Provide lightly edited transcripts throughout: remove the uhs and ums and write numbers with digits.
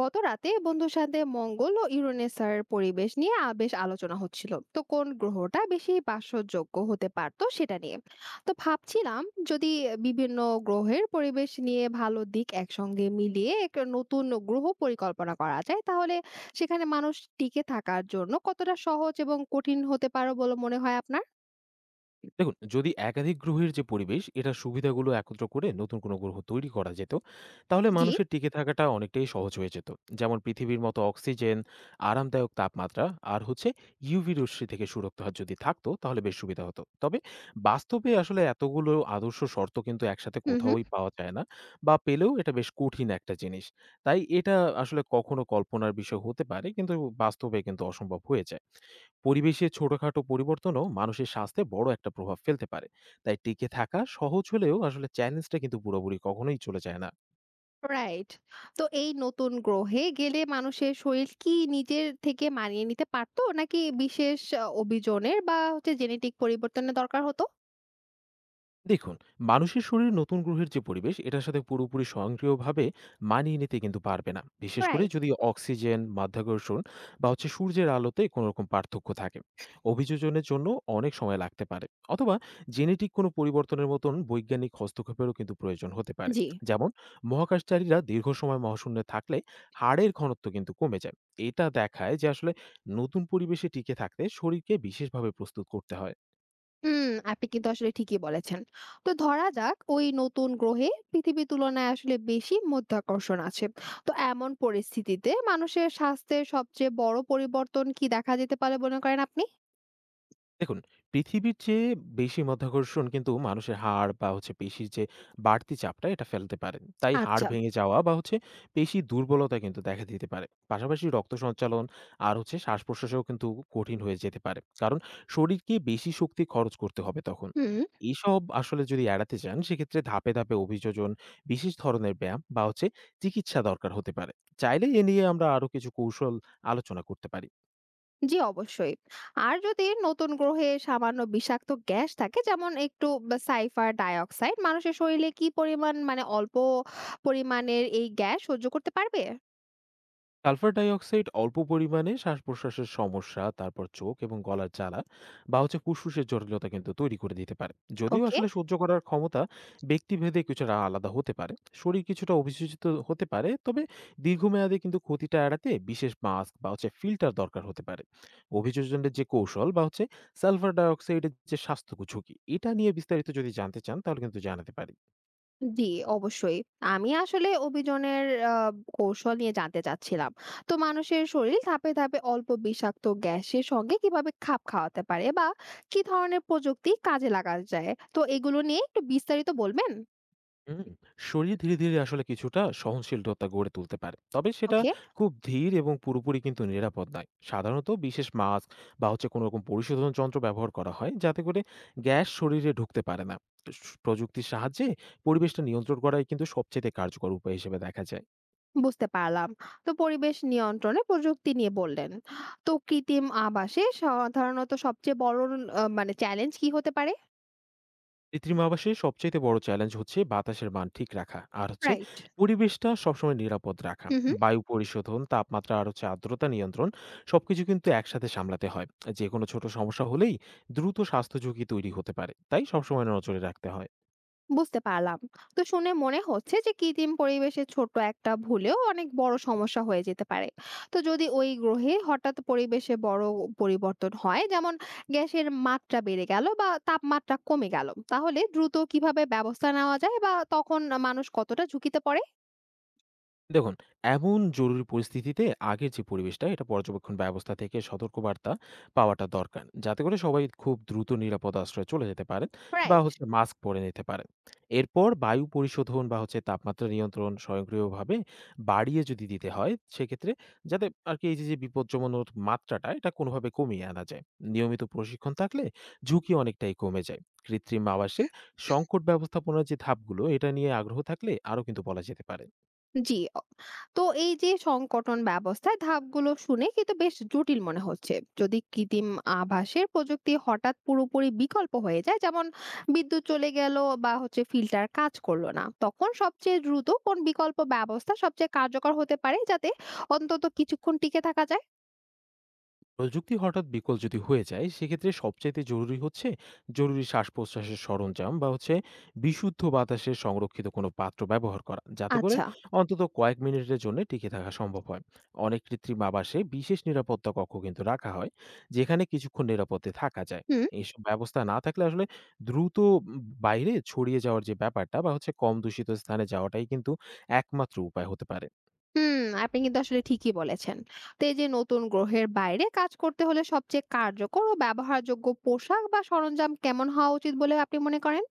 গত রাতে বন্ধুর সাথে মঙ্গল ও ইউরেনাসের পরিবেশ নিয়ে বেশ আলোচনা হচ্ছিল। তো কোন গ্রহটা বেশি বাসযোগ্য হতে পারতো সেটা নিয়ে তো ভাবছিলাম, যদি বিভিন্ন গ্রহের পরিবেশ নিয়ে ভালো দিক একসঙ্গে মিলিয়ে এক নতুন গ্রহ পরিকল্পনা করা যায় তাহলে সেখানে মানুষ টিকে থাকার জন্য কতটা সহজ এবং কঠিন হতে পারে বলে মনে হয় আপনার? দেখুন, যদি একাধিক গ্রহের যে পরিবেশ, এটার সুবিধাগুলো একত্র করে নতুন কোনো গ্রহ তৈরি করা যেত, তাহলে জি। মানুষের টিকে থাকাটা অনেকটাই সহজ হয়ে যেত। যেমন পৃথিবীর মতো অক্সিজেন, আরামদায়ক তাপমাত্রা আর হচ্ছে ইউভি রশ্মি থেকে সুরক্ষা যদি থাকতো, তাহলে বেশ সুবিধা হতো। তবে বাস্তবে আসলে এতগুলো আদর্শ শর্ত কিন্তু একসাথে হুম, হুম। কোথাওই পাওয়া যায় না বা পেলেও এটা বেশ কঠিন একটা জিনিস। তাই এটা আসলে কখনো কল্পনার বিষয় হতে পারে, কিন্তু বাস্তবে কিন্তু অসম্ভব হয়ে যায়। পরিবেশের ছোটখাটো পরিবর্তনও মানুষের স্বাস্থ্যে বড় একটা প্রভাব ফেলতে পারে, তাই টিকে থাকা সহজ হলেও আসলে চ্যালেঞ্জটা কিন্তু পুরোপুরি কখনোই চলে যায় না। রাইট। তো এই নতুন গ্রহে গেলে মানুষের শরীর কি নিজের থেকে মানিয়ে নিতে পারতো? নাকি বিশেষ অভিযোজনের বা হচ্ছে জেনেটিক পরিবর্তনের দরকার হতো? দেখুন, মানুষের শরীর নতুন গ্রহের যে পরিবেশ এটার সাথে পুরোপুরি স্বয়ংক্রিয়ভাবে মানিয়ে নিতে কিন্তু পারবে না, বিশেষ করে রাইট। যদি অক্সিজেন, মাধ্যাকর্ষণ বা হচ্ছে সূর্যের আলোতে কোনো রকম পার্থক্য থাকে। অভিযোজনের জন্য অনেক সময় লাগতে পারে, অথবা জেনেটিক কোনো পরিবর্তনের মতন বৈজ্ঞানিক হস্তক্ষেপেরও কিন্তু প্রয়োজন হতে পারে। জি। যেমন মহাকাশচারীরা দীর্ঘ সময় মহাশূন্যে থাকলে হাড়ের ঘনত্ব কিন্তু কমে যায়। এটা দেখায় যে আসলে নতুন পরিবেশে টিকে থাকতে শরীরকে বিশেষভাবে প্রস্তুত করতে হয়। হুম, আপনি কিন্তু আসলে ঠিকই বলেছেন। তো ধরা যাক ওই নতুন গ্রহে পৃথিবীর তুলনায় আসলে বেশি মাধ্যাকর্ষণ আছে। তো এমন পরিস্থিতিতে মানুষের স্বাস্থ্যের সবচেয়ে বড় পরিবর্তন কি দেখা যেতে পারে মনে করেন আপনি? দেখুন, পৃথিবীর চেয়ে বেশি মাধ্যাকর্ষণ কিন্তু মানুষের হাড় বা হচ্ছে পেশির যে বাড়তি চাপটা এটা ফেলতে পারে। তাই হাড় আচ্ছা। ভেঙে যাওয়া বা হচ্ছে পেশি দুর্বলতা কিন্তু দেখা দিতে পারে। পাশাপাশি রক্ত সঞ্চালন আর হচ্ছে শ্বাস-প্রশ্বাসেও কিন্তু কঠিন হয়ে যেতে পারে। কারণ শরীরকে বেশি শক্তি খরচ করতে হবে তখন। হুম। এসব আসলে যদি এড়াতে চান সেক্ষেত্রে ধাপে, ধাপে অভিযোজন, বিশেষ ধরনের ব্যায়াম বা হচ্ছে চিকিৎসা দরকার হতে পারে। চাইলে এ নিয়ে আমরা আরো কিছু কৌশল আলোচনা করতে পারি। জি, অবশ্যই। আর যদি নতুন গ্রহে সামান্য বিষাক্ত গ্যাস থাকে, যেমন একটু বা সালফার ডাইঅক্সাইড, মানুষের শরীরে কি পরিমাণ, মানে অল্প পরিমাণের এই গ্যাস সহ্য করতে পারবে? সালফার ডাইঅক্সাইড অল্প পরিমাণে শ্বাস প্রশ্বাসের সমস্যা, তারপর চোখ এবং গলার জ্বালা বা হচ্ছে ফুসফুসের জটিলতা কিন্তু তৈরি করে দিতে পারে। যদিও ওকে, আসলে সহ্য করার ক্ষমতা ব্যক্তিভেদে কিছুটা আলাদা হতে পারে। শরীর কিছুটা অভিযোজিত হতে পারে, তবে দীর্ঘমেয়াদে কিন্তু ক্ষতিটা এড়াতে বিশেষ মাস্ক বা হচ্ছে ফিল্টার দরকার হতে পারে। অভিযোজনের যে কৌশল বা হচ্ছে সালফার ডাইঅক্সাইডের যে স্বাস্থ্য ঝুঁকি এটা নিয়ে বিস্তারিত যদি জানতে চান তাহলে কিন্তু জানাতে পারি। জি, অবশ্যই। আমি আসলে অভিযানের আ কৌশল নিয়ে জানতে চাচ্ছিলাম। তো মানুষের শরীর ধাপে, ধাপে অল্প বিষাক্ত গ্যাসের সঙ্গে কিভাবে খাপ খাওয়াতে পারে, বা কি ধরনের প্রযুক্তি কাজে লাগা যায়? তো এগুলো নিয়ে একটু বিস্তারিত বলবেন? হুম, শরীর ধীরে ধীরে আসলে কিছুটা সহনশীলতা গড়ে তুলতে পারে, তবে সেটা ওকে। খুব ধীর এবং পুরোপুরি কিন্তু নিরাপদ নয়। সাধারণত বিশেষ মাস্ক বা হচ্ছে কোনো রকম পরিশোধন যন্ত্র ব্যবহার করা হয় যাতে করে গ্যাস শরীরে ঢুকতে পারে না। প্রযুক্তির সাহায্যে পরিবেশটা নিয়ন্ত্রণ করাই কিন্তু সবচেয়ে কার্যকর উপায় হিসেবে দেখা যায়। বুঝতে পারলাম। তো পরিবেশ নিয়ন্ত্রণে প্রযুক্তি নিয়ে বললেন। তো কৃত্রিম আবাসে সাধারণত সবচেয়ে বড় মানে চ্যালেঞ্জ কি হতে পারে? কৃত্রিম আবাসের সবচাইতে বড় চ্যালেঞ্জ হচ্ছে বাতাসের মান ঠিক রাখা আর হচ্ছে রাইট। পরিবেশটা সবসময় নিরাপদ রাখা। হু, হু। বায়ু পরিশোধন, তাপমাত্রা আর হচ্ছে আর্দ্রতা নিয়ন্ত্রণ সবকিছু কিন্তু একসাথে সামলাতে হয়। যে কোনো ছোট সমস্যা হলেই দ্রুত স্বাস্থ্য ঝুঁকি তৈরি হতে পারে, তাই সবসময় নজরে রাখতে হয়। বুঝতে পারলাম। তো শুনে মনে হচ্ছে যে কৃত্রিম পরিবেশে ছোট একটা ভুলেও অনেক বড় সমস্যা হয়ে যেতে পারে। তো যদি ওই গ্রহে হঠাৎ পরিবেশে বড় পরিবর্তন হয়, যেমন গ্যাসের মাত্রা বেড়ে গেল বা তাপমাত্রা কমে গেল, তাহলে দ্রুত কিভাবে ব্যবস্থা নেওয়া যায়, বা তখন মানুষ কতটা ঝুঁকিতে পড়ে? দেখুন, এমন জরুরি পরিস্থিতিতে আগের যে পরিবেশটা এটা পর্যবেক্ষণ ব্যবস্থা থেকে সতর্কবার্তা পাওয়াটা দরকার। যাতে করে সবাই খুব দ্রুত নিরাপদ আশ্রয়ে চলে যেতে পারেন বা রাইট। হচ্ছে মাস্ক পরে নিতে পারেন। এরপর বায়ু পরিশোধন বা হচ্ছে তাপমাত্রা নিয়ন্ত্রণ স্বয়ংক্রিয়ভাবে বাড়িয়ে যদি দিতে হয় সেক্ষেত্রে, যাতে আরকি এই যে, যে বিপজ্জনক মাত্রাটা এটা কোনোভাবে কমিয়ে আনা যায়। নিয়মিত প্রশিক্ষণ থাকলে ঝুঁকি অনেকটাই কমে যায়। কৃত্রিম আবাসে সংকট ব্যবস্থাপনার যে ধাপগুলো এটা নিয়ে আগ্রহ থাকলে আরো কিন্তু বলা যেতে পারে। জি। তো এই যে সংকটন ব্যবস্থায় ধাপগুলো শুনে কিন্তু বেশ জটিল মনে হচ্ছে। যদি কৃত্রিম আভাসের প্রযুক্তি হঠাৎ পুরোপুরি বিকল্প হয়ে যায়, যেমন বিদ্যুৎ চলে গেল বা হচ্ছে ফিল্টার কাজ করলো না, তখন সবচেয়ে দ্রুত কোন বিকল্প ব্যবস্থা সবচেয়ে কার্যকর হতে পারে যাতে অন্তত কিছুক্ষণ টিকে থাকা যায়? প্রযুক্তি হঠাৎ বিকল যদি হয়ে যায় সেক্ষেত্রে সবচাইতে জরুরি হচ্ছে জরুরি শ্বাস প্রশ্বাসের সরঞ্জাম বা হচ্ছে বিশুদ্ধ বাতাসের সংরক্ষিত কোনো পাত্র ব্যবহার করা, যাতে করে আচ্ছা। অন্তত কয়েক মিনিটের জন্য টিকে থাকা সম্ভব হয়। অনেক কৃত্রিম আবাসে বিশেষ নিরাপত্তা কক্ষ কিন্তু রাখা হয়, যেখানে কিছুক্ষণ নিরাপদে থাকা যায়। হুম। এইসব ব্যবস্থা না থাকলে আসলে দ্রুত বাইরে ছড়িয়ে যাওয়ার যে ব্যাপারটা বা হচ্ছে কম দূষিত স্থানে যাওয়াটাই কিন্তু একমাত্র উপায় হতে পারে। হুম আপনি কিন্তু আসলে ঠিকই বলেছেন। তো এই যে নতুন গ্রহের বাইরে কাজ করতে হলে সবচেয়ে কার্যকর ও ব্যবহারযোগ্য পোশাক বা সরঞ্জাম কেমন হওয়া উচিত বলে আপনি মনে করেন?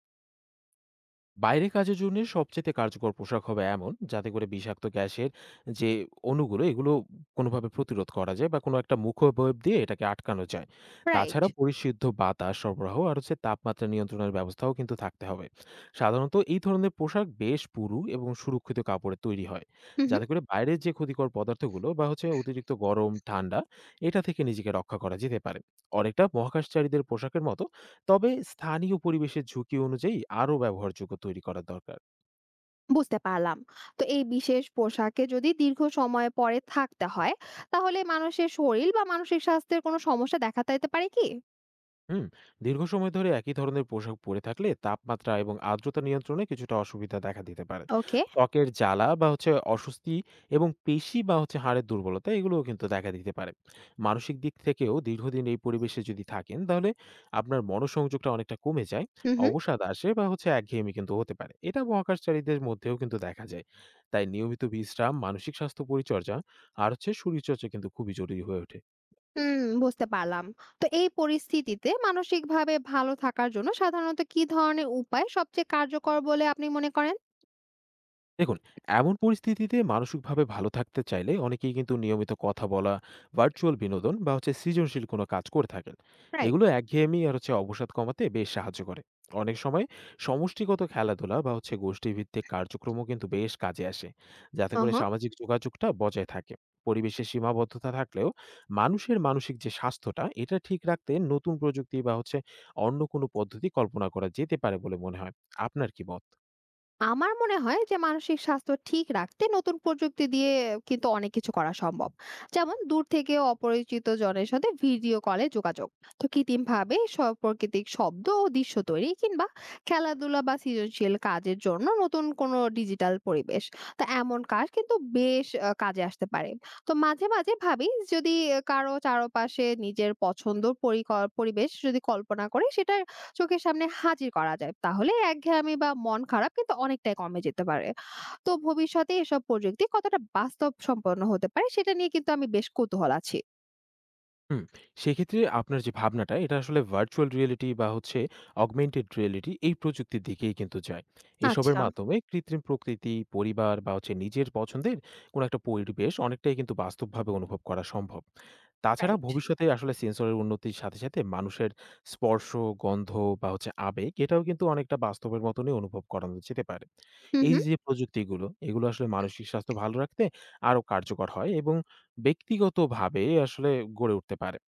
বাইরে কাজের জন্য সবচেয়ে কার্যকর পোশাক হবে এমন, যাতে করে বিষাক্ত গ্যাসের যে অণুগুলো, এগুলো কোনোভাবে প্রতিরোধ করা যায় বা কোনো একটা মুখাবয়ব দিয়ে এটাকে আটকানো যায়। রাইট। তাছাড়া পরিশুদ্ধ বাতাস সরবরাহ আর হচ্ছে তাপমাত্রা নিয়ন্ত্রণের ব্যবস্থাও কিন্তু থাকতে হবে। সাধারণত এই ধরনের পোশাক বেশ পুরু এবং সুরক্ষিত কাপড়ে তৈরি হয়, হুম, হুম। যাতে করে বাইরের যে ক্ষতিকর পদার্থগুলো বা হচ্ছে অতিরিক্ত গরম, ঠান্ডা, এটা থেকে নিজেকে রক্ষা করা যেতে পারে। অনেকটা মহাকাশচারীদের পোশাকের মতো, তবে স্থানীয় পরিবেশের ঝুঁকি অনুযায়ী আরও ব্যবহারযোগ্য তৈরি করা দরকার। বুঝতে পারলাম। তো এই বিশেষ পোশাকে যদি দীর্ঘ সময় পরে থাকতে হয়, তাহলে মানুষের শরীর বা মানসিক স্বাস্থ্যের কোনো সমস্যা দেখা দিতে পারে কি? হুম, দীর্ঘ সময় ধরে একই ধরনের পোশাক পরে থাকলে তাপমাত্রা এবং আর্দ্রতা নিয়ন্ত্রণে কিছুটা অসুবিধা দেখা দিতে পারে। ওকে। ত্বকের জ্বালা বা হচ্ছে অস্বস্তি এবং পেশি বা হচ্ছে হাড়ের দুর্বলতা এগুলোও কিন্তু দেখা দিতে পারে। মানসিক দিক থেকেও দীর্ঘদিন এই পরিবেশে যদি থাকেন তাহলে আপনার মনোসংযোগটা অনেকটা কমে যায়। হুম, হুম। অবসাদ আসে বা হচ্ছে একঘেয়েমি কিন্তু হতে পারে, এটা মহাকাশচারীদের মধ্যেও কিন্তু দেখা যায়। তাই নিয়মিত বিশ্রাম, মানসিক স্বাস্থ্য পরিচর্যা আর হচ্ছে শরীরচর্চা কিন্তু খুবই জরুরি হয়ে ওঠে। হুম, বুঝতে পারলাম। তো এই পরিস্থিতিতে মানসিকভাবে ভালো থাকার জন্য সাধারণত কি ধরনের উপায় সবচেয়ে কার্যকর বলে আপনি মনে করেন? দেখুন, এমন পরিস্থিতিতে মানসিকভাবে ভালো থাকতে চাইলে অনেকেই কিন্তু নিয়মিত কথা বলা, ভার্চুয়াল বিনোদন বা হচ্ছে সৃজনশীল কোনো কাজ করে থাকেন। রাইট। এগুলো একঘেয়েমি আর হচ্ছে অবসাদ কমাতে বেশ সাহায্য করে। অনেক সময় সমষ্টিগত খেলাধুলা বা হচ্ছে গোষ্ঠীভিত্তিক কার্যক্রমও কিন্তু বেশ কাজে আসে, যাতে করে ওহো। সামাজিক যোগাযোগটা বজায় থাকে। পরিবেশের সীমাবদ্ধতা থাকলেও মানুষের মানসিক যে স্বাস্থ্যটা, এটা ঠিক রাখতে নতুন প্রযুক্তি বা হচ্ছে অন্য কোনো পদ্ধতি কল্পনা করা যেতে পারে বলে মনে হয়। আপনার কি মত? আমার মনে হয় যে মানসিক স্বাস্থ্য ঠিক রাখতে নতুন প্রযুক্তি দিয়ে কিন্তু অনেক কিছু করা সম্ভব, যেমন দূর থেকে অপরিচিত জনের সাথে ভিডিও কলে যোগাযোগ, তো কৃত্রিম ভাবে প্রাকৃতিক শব্দ ও দৃশ্য তৈরি, কিংবা খেলাধুলা বা সৃজনশীল কাজের জন্য নতুন কোনো ডিজিটাল পরিবেশ। তো এমন কাজ কিন্তু বেশ কাজে আসতে পারে। তো মাঝে মাঝে ভাবি, যদি কারো চারপাশে নিজের পছন্দ পরিবেশ যদি কল্পনা করে সেটা চোখের সামনে হাজির করা যায়, তাহলে একঘেয়েমি বা মন খারাপ কিন্তু অনেকটাই কমে যেতে পারে। তো ভবিষ্যতে এসব প্রযুক্তি কতটা বাস্তবসম্পন্ন হতে পারে সেটা নিয়ে কিন্তু আমি বেশ কৌতূহল আছি। হুম, সেক্ষেত্রে আপনার যে ভাবনাটা এটা আসলে ভার্চুয়াল রিয়েলিটি বা হচ্ছে অগমেন্টেড রিয়েলিটি এই প্রযুক্তির দিকেই কিন্তু যায়। এসবের আচ্ছা। মাধ্যমে কৃত্রিম প্রকৃতি, পরিবার বা হচ্ছে নিজের পছন্দের কোনো একটা পরিবেশ অনেকটাই কিন্তু বাস্তবভাবে অনুভব করা সম্ভব। তাছাড়া রাইট। ভবিষ্যতে আসলে সেন্সরের উন্নতির সাথে, সাথে মানুষের স্পর্শ, গন্ধ বা হচ্ছে আবেগ এটাও কিন্তু অনেকটা বাস্তবের মতনই অনুভব করানো যেতে পারে। হুম, এই হুম। যে, যে প্রযুক্তিগুলো এগুলো আসলে মানসিক স্বাস্থ্য ভালো রাখতে আরো কার্যকর হয় এবং ব্যক্তিগতভাবে আসলে গড়ে উঠতে পারে?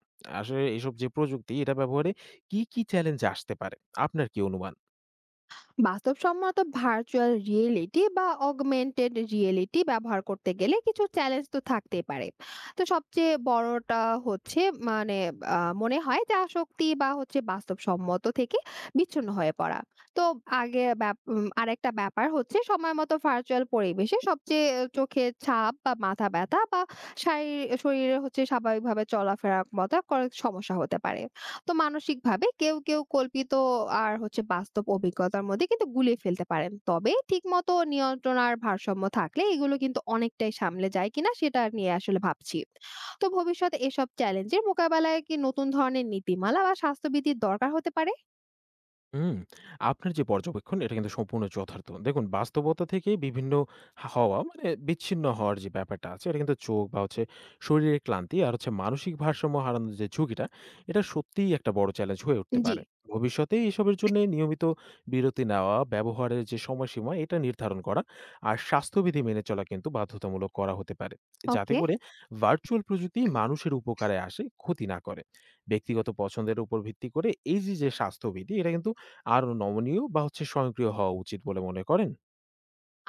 আসলে এসব যে প্রযুক্তি এটা ব্যবহারে কি চ্যালেঞ্জ আসতে পারে? আপনার কি অনুমান? বাস্তবসম্মত ভার্চুয়াল রিয়েলিটি বা অগমেন্টেড রিয়েলিটি ব্যবহার করতে গেলে কিছু চ্যালেঞ্জ তো থাকতেই পারে। তো সবচেয়ে বড়টা হচ্ছে, মানে, মনে হয় যে আসক্তি বা হচ্ছে বাস্তবসম্মত থেকে বিচ্ছিন্ন হয়ে পড়া। তো আগে আরেকটা ব্যাপার হচ্ছে সময় মতো ভার্চুয়াল পরিবেশে সবচেয়ে চোখের ছাপ বা মাথা ব্যথা বা শরীরে হচ্ছে স্বাভাবিকভাবে চলাফেরার মতো কয়েক সমস্যা হতে পারে। তো মানসিকভাবে কেউ কল্পিত আর হচ্ছে বাস্তব অভিজ্ঞতার মধ্যে কিন্তু গুলিয়ে ফেলতে পারেন। তবে ঠিকমতো নিয়ন্ত্রণ আর ভারসাম্য থাকলে এগুলো কিন্তু অনেকটাই সামলে যায় কিনা সেটা নিয়ে আসলে ভাবছি। তো ভবিষ্যতে এসব চ্যালেঞ্জের মোকাবেলায় কি নতুন ধরনের নীতিমালা বা স্বাস্থ্যবিধির দরকার হতে পারে? হুম, আপনার যে পর্যবেক্ষণ এটা কিন্তু সম্পূর্ণ যথার্থ। দেখুন, বাস্তবতা থেকেই বিভিন্ন হওয়া মানে বিচ্ছিন্ন হওয়ার যে ব্যাপারটা আছে এটা কিন্তু চোখ বা হচ্ছে শরীরের ক্লান্তি আর হচ্ছে মানসিক ভারসাম্য হারানোর যে ঝুঁকিটা এটা সত্যিই একটা বড় চ্যালেঞ্জ হয়ে উঠতে জি, পারে। ভবিষ্যতে এসবের জন্য নিয়মিত বিরতি নেওয়া, ব্যবহারের যে সময়সীমা এটা নির্ধারণ করা আর স্বাস্থ্যবিধি মেনে চলা কিন্তু বাধ্যতামূলক করা হতে পারে। যাতে ওকে। করে ভার্চুয়াল প্রযুক্তি মানুষের উপকারে আসে, ক্ষতি না করে। ব্যক্তিগত পছন্দের উপর ভিত্তি করে এই যে, যে স্বাস্থ্যবিধি এটা কিন্তু আরো নমনীয় বা হচ্ছে স্বয়ংক্রিয় হওয়া উচিত বলে মনে করেন?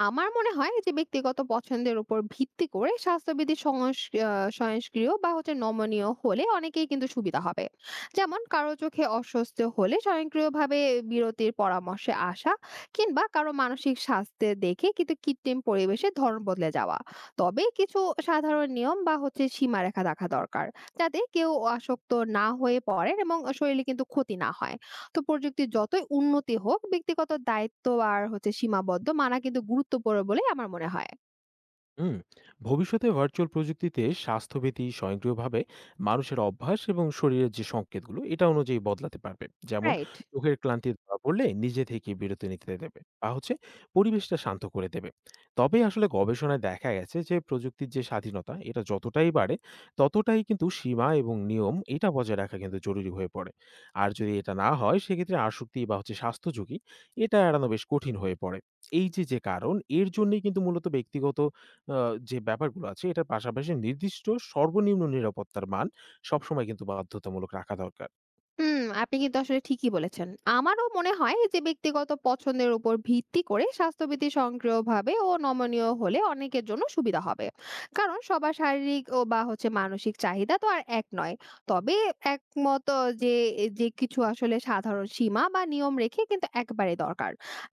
আমার মনে হয় যে ব্যক্তিগত পছন্দের উপর ভিত্তি করে স্বাস্থ্যবিধি সহনশীল বা হচ্ছে নমনীয় হলে অনেকেই কিন্তু সুবিধা হবে। যেমন কারো চোখে অস্বস্তি হলে স্বয়ংক্রিয়ভাবে বিরতির পরামর্শে আসা, কিংবা কারো মানসিক স্বাস্থ্যে দেখে কিন্তু কৃত্রিম পরিবেশে ধরন বদলে যাওয়া। তবে কিছু সাধারণ নিয়ম বা হচ্ছে সীমারেখা রাখা দরকার, যাতে কেউ আসক্ত না হয়ে পড়েন এবং শরীরে কিন্তু ক্ষতি না হয়। তো প্রযুক্তির যতই উন্নতি হোক, ব্যক্তিগত দায়িত্ব আর হচ্ছে সীমাবদ্ধ মানা কিন্তু গুরুত্বপূর্ণ বলে আমার মনে হয়। হুম, ভবিষ্যতে ভার্চুয়াল প্রযুক্তিতে স্বাস্থ্যবিধি স্বয়ংক্রিয়ভাবে মানুষের অভ্যাস এবং শরীরের যে সংকেতগুলো এটা অনুযায়ী বদলাতে পারবে। যেমন রাইট। চোখের ক্লান্তি ধরা পড়লে নিজে থেকে বিরতি নিতে দেবে বা হচ্ছে পরিবেশটা শান্ত করে দেবে। তবে আসলে গবেষণায় দেখা গেছে যে প্রযুক্তির যে স্বাধীনতা এটা যতটাই বাড়ে, ততটাই কিন্তু সীমা এবং নিয়ম এটা বজায় রাখা কিন্তু জরুরি হয়ে পড়ে। আর যদি এটা না হয় সেক্ষেত্রে আসক্তি বা হচ্ছে স্বাস্থ্য ঝুঁকি এটা এড়ানো বেশ কঠিন হয়ে পড়ে। এই যে যে কারণ এর জন্যই কিন্তু মূলত ব্যক্তিগত আ যে ব্যাপারগুলো আছে এটার পাশাপাশি নির্দিষ্ট সর্বনিম্ন নিরাপত্তার মান সবসময় কিন্তু বাধ্যতামূলক রাখা দরকার। হুম, আপনি কিন্তু আসলে ঠিকই বলেছেন। আমারও মনে হয় যে ব্যক্তিগত পছন্দের উপর ভিত্তি করে স্বাস্থ্যবিধি সক্রিয়ভাবে ও নমনীয় হলে অনেকের জন্য সুবিধা হবে। কারণ সবার শারীরিক ও বা হচ্ছে মানসিক চাহিদা তো আর এক নয়। তবে একমত যে যে কিছু আসলে সাধারণ সীমা বা নিয়ম রেখে কিন্তু একবারে দরকার।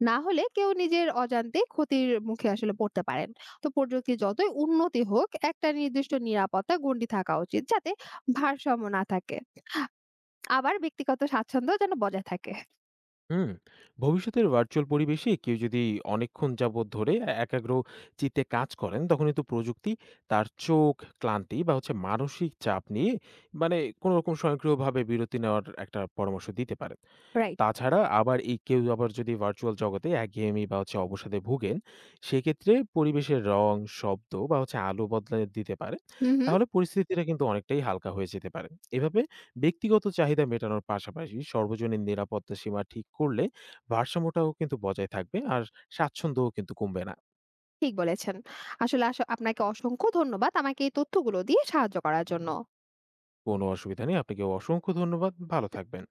না হলে কেউ নিজের অজান্তে ক্ষতির মুখে আসলে পড়তে পারেন। তো প্রযুক্তি যতই উন্নতি হোক একটা নির্দিষ্ট নিরাপত্তা গণ্ডি থাকা উচিত, যাতে ভারসাম্য না থাকে। আবার ব্যক্তিগত স্বাচ্ছন্দ্য যেন বজায় থাকে। হুম, ভবিষ্যতের ভার্চুয়াল পরিবেশে কেউ যদি অনেকক্ষণ যাবৎ ধরে একাগ্র চিত্তে কাজ করেন তখন কিন্তু প্রযুক্তি তার চোখ ক্লান্তি বা হচ্ছে মানসিক চাপ নিয়ে মানে কোনো রকম স্বয়ংক্রিয়ভাবে বিরতি নেওয়ার একটা পরামর্শ দিতে পারেন। রাইট। তাছাড়া আবার এই কেউ আবার যদি ভার্চুয়াল জগতে একঘেয়েমি বা হচ্ছে অবসাদে ভোগেন সেক্ষেত্রে পরিবেশের রং, শব্দ বা হচ্ছে আলো বদলে দিতে পারে। হুম, হুম। তাহলে পরিস্থিতিটা কিন্তু অনেকটাই হালকা হয়ে যেতে পারে। এভাবে ব্যক্তিগত চাহিদা মেটানোর পাশাপাশি সর্বজনীন নিরাপত্তা সীমা ঠিক করলে ভারসাম্যটাও কিন্তু বজায় থাকবে আর স্বাচ্ছন্দ্যও কিন্তু কমবে না। ঠিক বলেছেন। আসলে আপনাকে অসংখ্য ধন্যবাদ আমাকে এই তথ্যগুলো দিয়ে সাহায্য করার জন্য। কোনো অসুবিধা নেই, আপনাকে অসংখ্য ধন্যবাদ, ভালো থাকবেন।